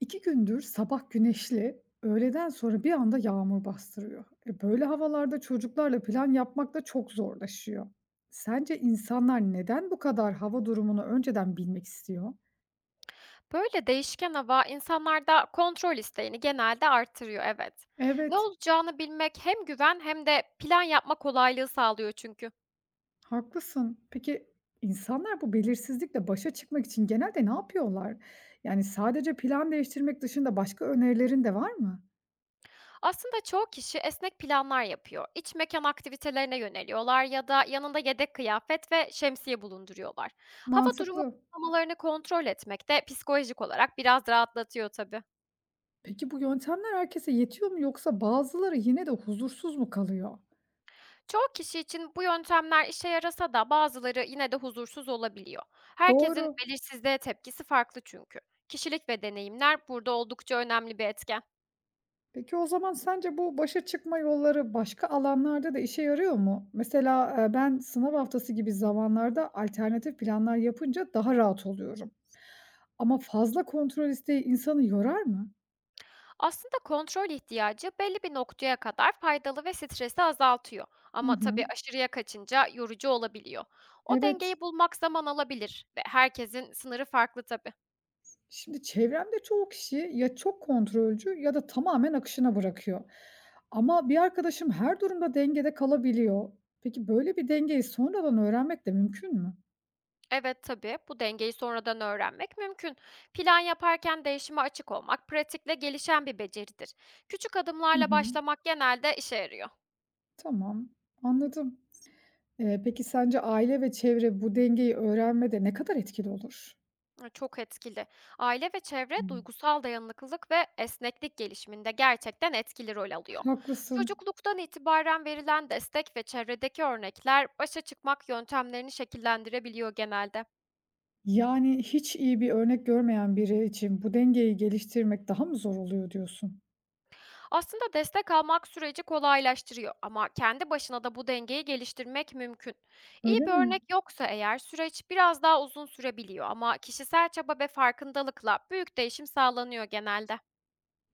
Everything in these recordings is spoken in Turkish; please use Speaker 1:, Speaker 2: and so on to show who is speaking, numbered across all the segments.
Speaker 1: 2 gündür sabah güneşli, öğleden sonra bir anda yağmur bastırıyor. Böyle havalarda çocuklarla plan yapmak da çok zorlaşıyor. Sence insanlar neden bu kadar hava durumunu önceden bilmek istiyor?
Speaker 2: Böyle değişken hava insanlarda kontrol isteğini genelde artırıyor, evet. Ne
Speaker 1: Evet,
Speaker 2: olacağını bilmek hem güven hem de plan yapma kolaylığı sağlıyor çünkü.
Speaker 1: haklısın. Peki insanlar bu belirsizlikle başa çıkmak için genelde ne yapıyorlar? Yani sadece plan değiştirmek dışında başka önerilerin de var mı?
Speaker 2: Aslında çoğu kişi esnek planlar yapıyor. İç mekan aktivitelerine yöneliyorlar ya da yanında yedek kıyafet ve şemsiye bulunduruyorlar. Hava durumu
Speaker 1: Mantıklı.
Speaker 2: uygulamalarını kontrol etmek de psikolojik olarak biraz rahatlatıyor tabii.
Speaker 1: Peki bu yöntemler herkese yetiyor mu yoksa bazıları yine de huzursuz mu kalıyor?
Speaker 2: Çoğu kişi için bu yöntemler işe yarasa da bazıları yine de huzursuz olabiliyor. Herkesin
Speaker 1: Doğru.
Speaker 2: belirsizliğe tepkisi farklı çünkü. Kişilik ve deneyimler burada oldukça önemli bir etken.
Speaker 1: Peki o zaman sence bu başa çıkma yolları başka alanlarda da işe yarıyor mu? Mesela, ben sınav haftası gibi zamanlarda alternatif planlar yapınca daha rahat oluyorum. Ama fazla kontrol isteği insanı yorar mı?
Speaker 2: Aslında kontrol ihtiyacı belli bir noktaya kadar faydalı ve stresi azaltıyor.
Speaker 1: Hı
Speaker 2: Ama
Speaker 1: hı.
Speaker 2: tabii aşırıya kaçınca yorucu olabiliyor. O
Speaker 1: Evet.
Speaker 2: dengeyi bulmak zaman alabilir ve herkesin sınırı farklı tabii.
Speaker 1: Şimdi çevremde çoğu kişi ya çok kontrolcü ya da tamamen akışına bırakıyor. Ama bir arkadaşım her durumda dengede kalabiliyor. Peki böyle bir dengeyi sonradan öğrenmek de mümkün mü?
Speaker 2: Evet tabii, bu dengeyi sonradan öğrenmek mümkün. Plan yaparken değişime açık olmak, pratikle gelişen bir beceridir. Küçük
Speaker 1: Hı
Speaker 2: adımlarla
Speaker 1: hı.
Speaker 2: başlamak genelde işe yarıyor.
Speaker 1: Tamam, anladım. Peki sence aile ve çevre bu dengeyi öğrenmede ne kadar etkili olur?
Speaker 2: Ha, çok etkili. Aile ve çevre
Speaker 1: Hımm.
Speaker 2: duygusal dayanıklılık ve esneklik gelişiminde gerçekten etkili rol alıyor.
Speaker 1: Haklısın.
Speaker 2: Çocukluktan itibaren verilen destek ve çevredeki örnekler başa çıkmak yöntemlerini şekillendirebiliyor genelde.
Speaker 1: Yani hiç iyi bir örnek görmeyen biri için bu dengeyi geliştirmek daha mı zor oluyor diyorsun?
Speaker 2: Aslında destek almak süreci kolaylaştırıyor ama kendi başına da bu dengeyi geliştirmek mümkün. İyi
Speaker 1: Öyle
Speaker 2: bir
Speaker 1: mi?
Speaker 2: örnek yoksa eğer süreç biraz daha uzun sürebiliyor ama kişisel çaba ve farkındalıkla büyük değişim sağlanıyor genelde.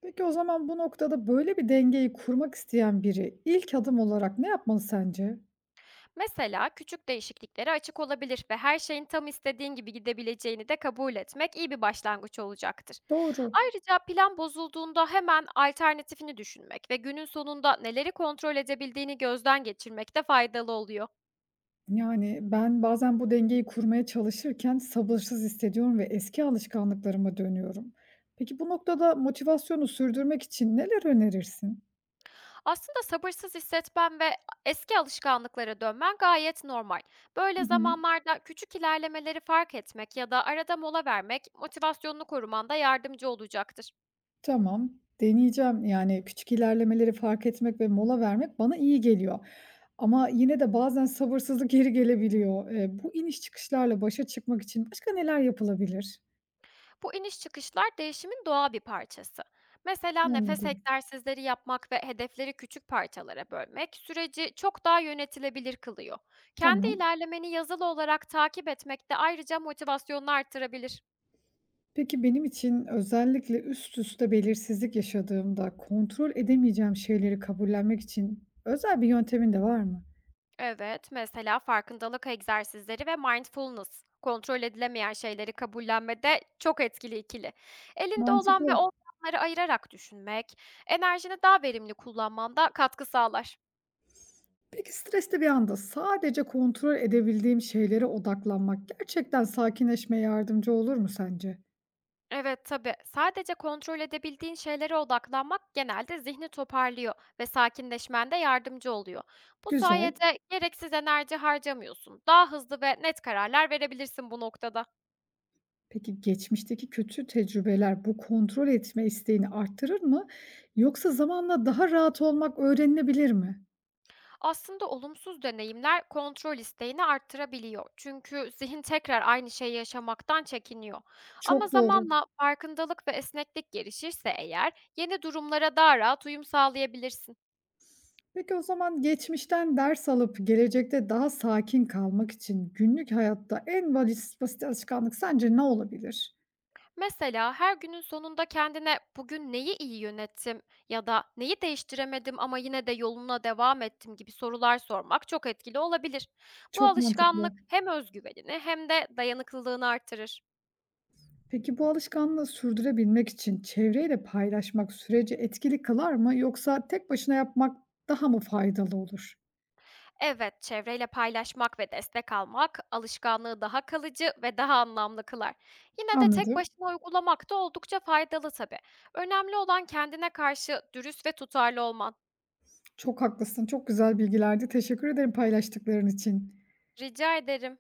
Speaker 1: Peki o zaman bu noktada böyle bir dengeyi kurmak isteyen biri ilk adım olarak ne yapmalı sence?
Speaker 2: Mesela küçük değişikliklere açık olabilir ve her şeyin tam istediğin gibi gidebileceğini de kabul etmek iyi bir başlangıç olacaktır.
Speaker 1: Doğru.
Speaker 2: Ayrıca plan bozulduğunda hemen alternatifini düşünmek ve günün sonunda neleri kontrol edebildiğini gözden geçirmek de faydalı oluyor.
Speaker 1: Yani ben bazen bu dengeyi kurmaya çalışırken sabırsız hissediyorum ve eski alışkanlıklarıma dönüyorum. Peki bu noktada motivasyonu sürdürmek için neler önerirsin?
Speaker 2: Aslında sabırsız hissetmen ve eski alışkanlıklara dönmen gayet normal.
Speaker 1: Hı
Speaker 2: Böyle
Speaker 1: hı.
Speaker 2: zamanlarda küçük ilerlemeleri fark etmek ya da arada mola vermek motivasyonunu korumanda yardımcı olacaktır.
Speaker 1: Tamam, deneyeceğim. Yani, küçük ilerlemeleri fark etmek ve mola vermek bana iyi geliyor ama yine de bazen sabırsızlık geri gelebiliyor. Bu iniş çıkışlarla başa çıkmak için başka neler yapılabilir?
Speaker 2: Bu iniş çıkışlar değişimin doğal bir parçası. Mesela nefes
Speaker 1: Anladım.
Speaker 2: egzersizleri yapmak ve hedefleri küçük parçalara bölmek süreci çok daha yönetilebilir kılıyor. Kendi
Speaker 1: Tamam.
Speaker 2: ilerlemeni yazılı olarak takip etmek de ayrıca motivasyonunu artırabilir.
Speaker 1: Peki benim için özellikle üst üste belirsizlik yaşadığımda kontrol edemeyeceğim şeyleri kabullenmek için özel bir yöntemin de var mı?
Speaker 2: Evet, mesela farkındalık egzersizleri ve mindfulness. Kontrol edilemeyen şeyleri kabullenmede çok etkili ikili. Elinde olan ve
Speaker 1: Mantıklı.
Speaker 2: olmayanları ayırarak düşünmek, enerjini daha verimli kullanmanda katkı sağlar.
Speaker 1: Peki stresli bir anda sadece kontrol edebildiğim şeylere odaklanmak gerçekten sakinleşmeye yardımcı olur mu sence?
Speaker 2: Evet tabii. Sadece kontrol edebildiğin şeylere odaklanmak genelde zihni toparlıyor ve sakinleşmende yardımcı oluyor. Bu
Speaker 1: Güzel.
Speaker 2: sayede gereksiz enerji harcamıyorsun. Daha hızlı ve net kararlar verebilirsin bu noktada.
Speaker 1: Peki geçmişteki kötü tecrübeler bu kontrol etme isteğini arttırır mı yoksa zamanla daha rahat olmak öğrenilebilir mi?
Speaker 2: Aslında olumsuz deneyimler kontrol isteğini arttırabiliyor. Çünkü zihin tekrar aynı şeyi yaşamaktan çekiniyor. Ama
Speaker 1: Çok doğru.
Speaker 2: zamanla farkındalık ve esneklik gelişirse eğer yeni durumlara daha rahat uyum sağlayabilirsin.
Speaker 1: Peki o zaman geçmişten ders alıp gelecekte daha sakin kalmak için günlük hayatta en basit alışkanlık sence ne olabilir?
Speaker 2: Mesela her günün sonunda kendine "bugün neyi iyi yönettim ya da neyi değiştiremedim ama yine de yoluna devam ettim" gibi sorular sormak çok etkili olabilir. Bu
Speaker 1: Çok mantıklı.
Speaker 2: alışkanlık hem özgüvenini hem de dayanıklılığını artırır.
Speaker 1: Peki bu alışkanlığı sürdürebilmek için çevreyle paylaşmak süreci etkili kılar mı yoksa tek başına yapmak daha mı faydalı olur?
Speaker 2: Evet, çevreyle paylaşmak ve destek almak alışkanlığı daha kalıcı ve daha anlamlı kılar. Yine de tek
Speaker 1: Anladım.
Speaker 2: başına uygulamak da oldukça faydalı tabii. Önemli olan kendine karşı dürüst ve tutarlı olman.
Speaker 1: Çok haklısın. Çok güzel bilgilerdi. Teşekkür ederim paylaştıkların için.
Speaker 2: Rica ederim.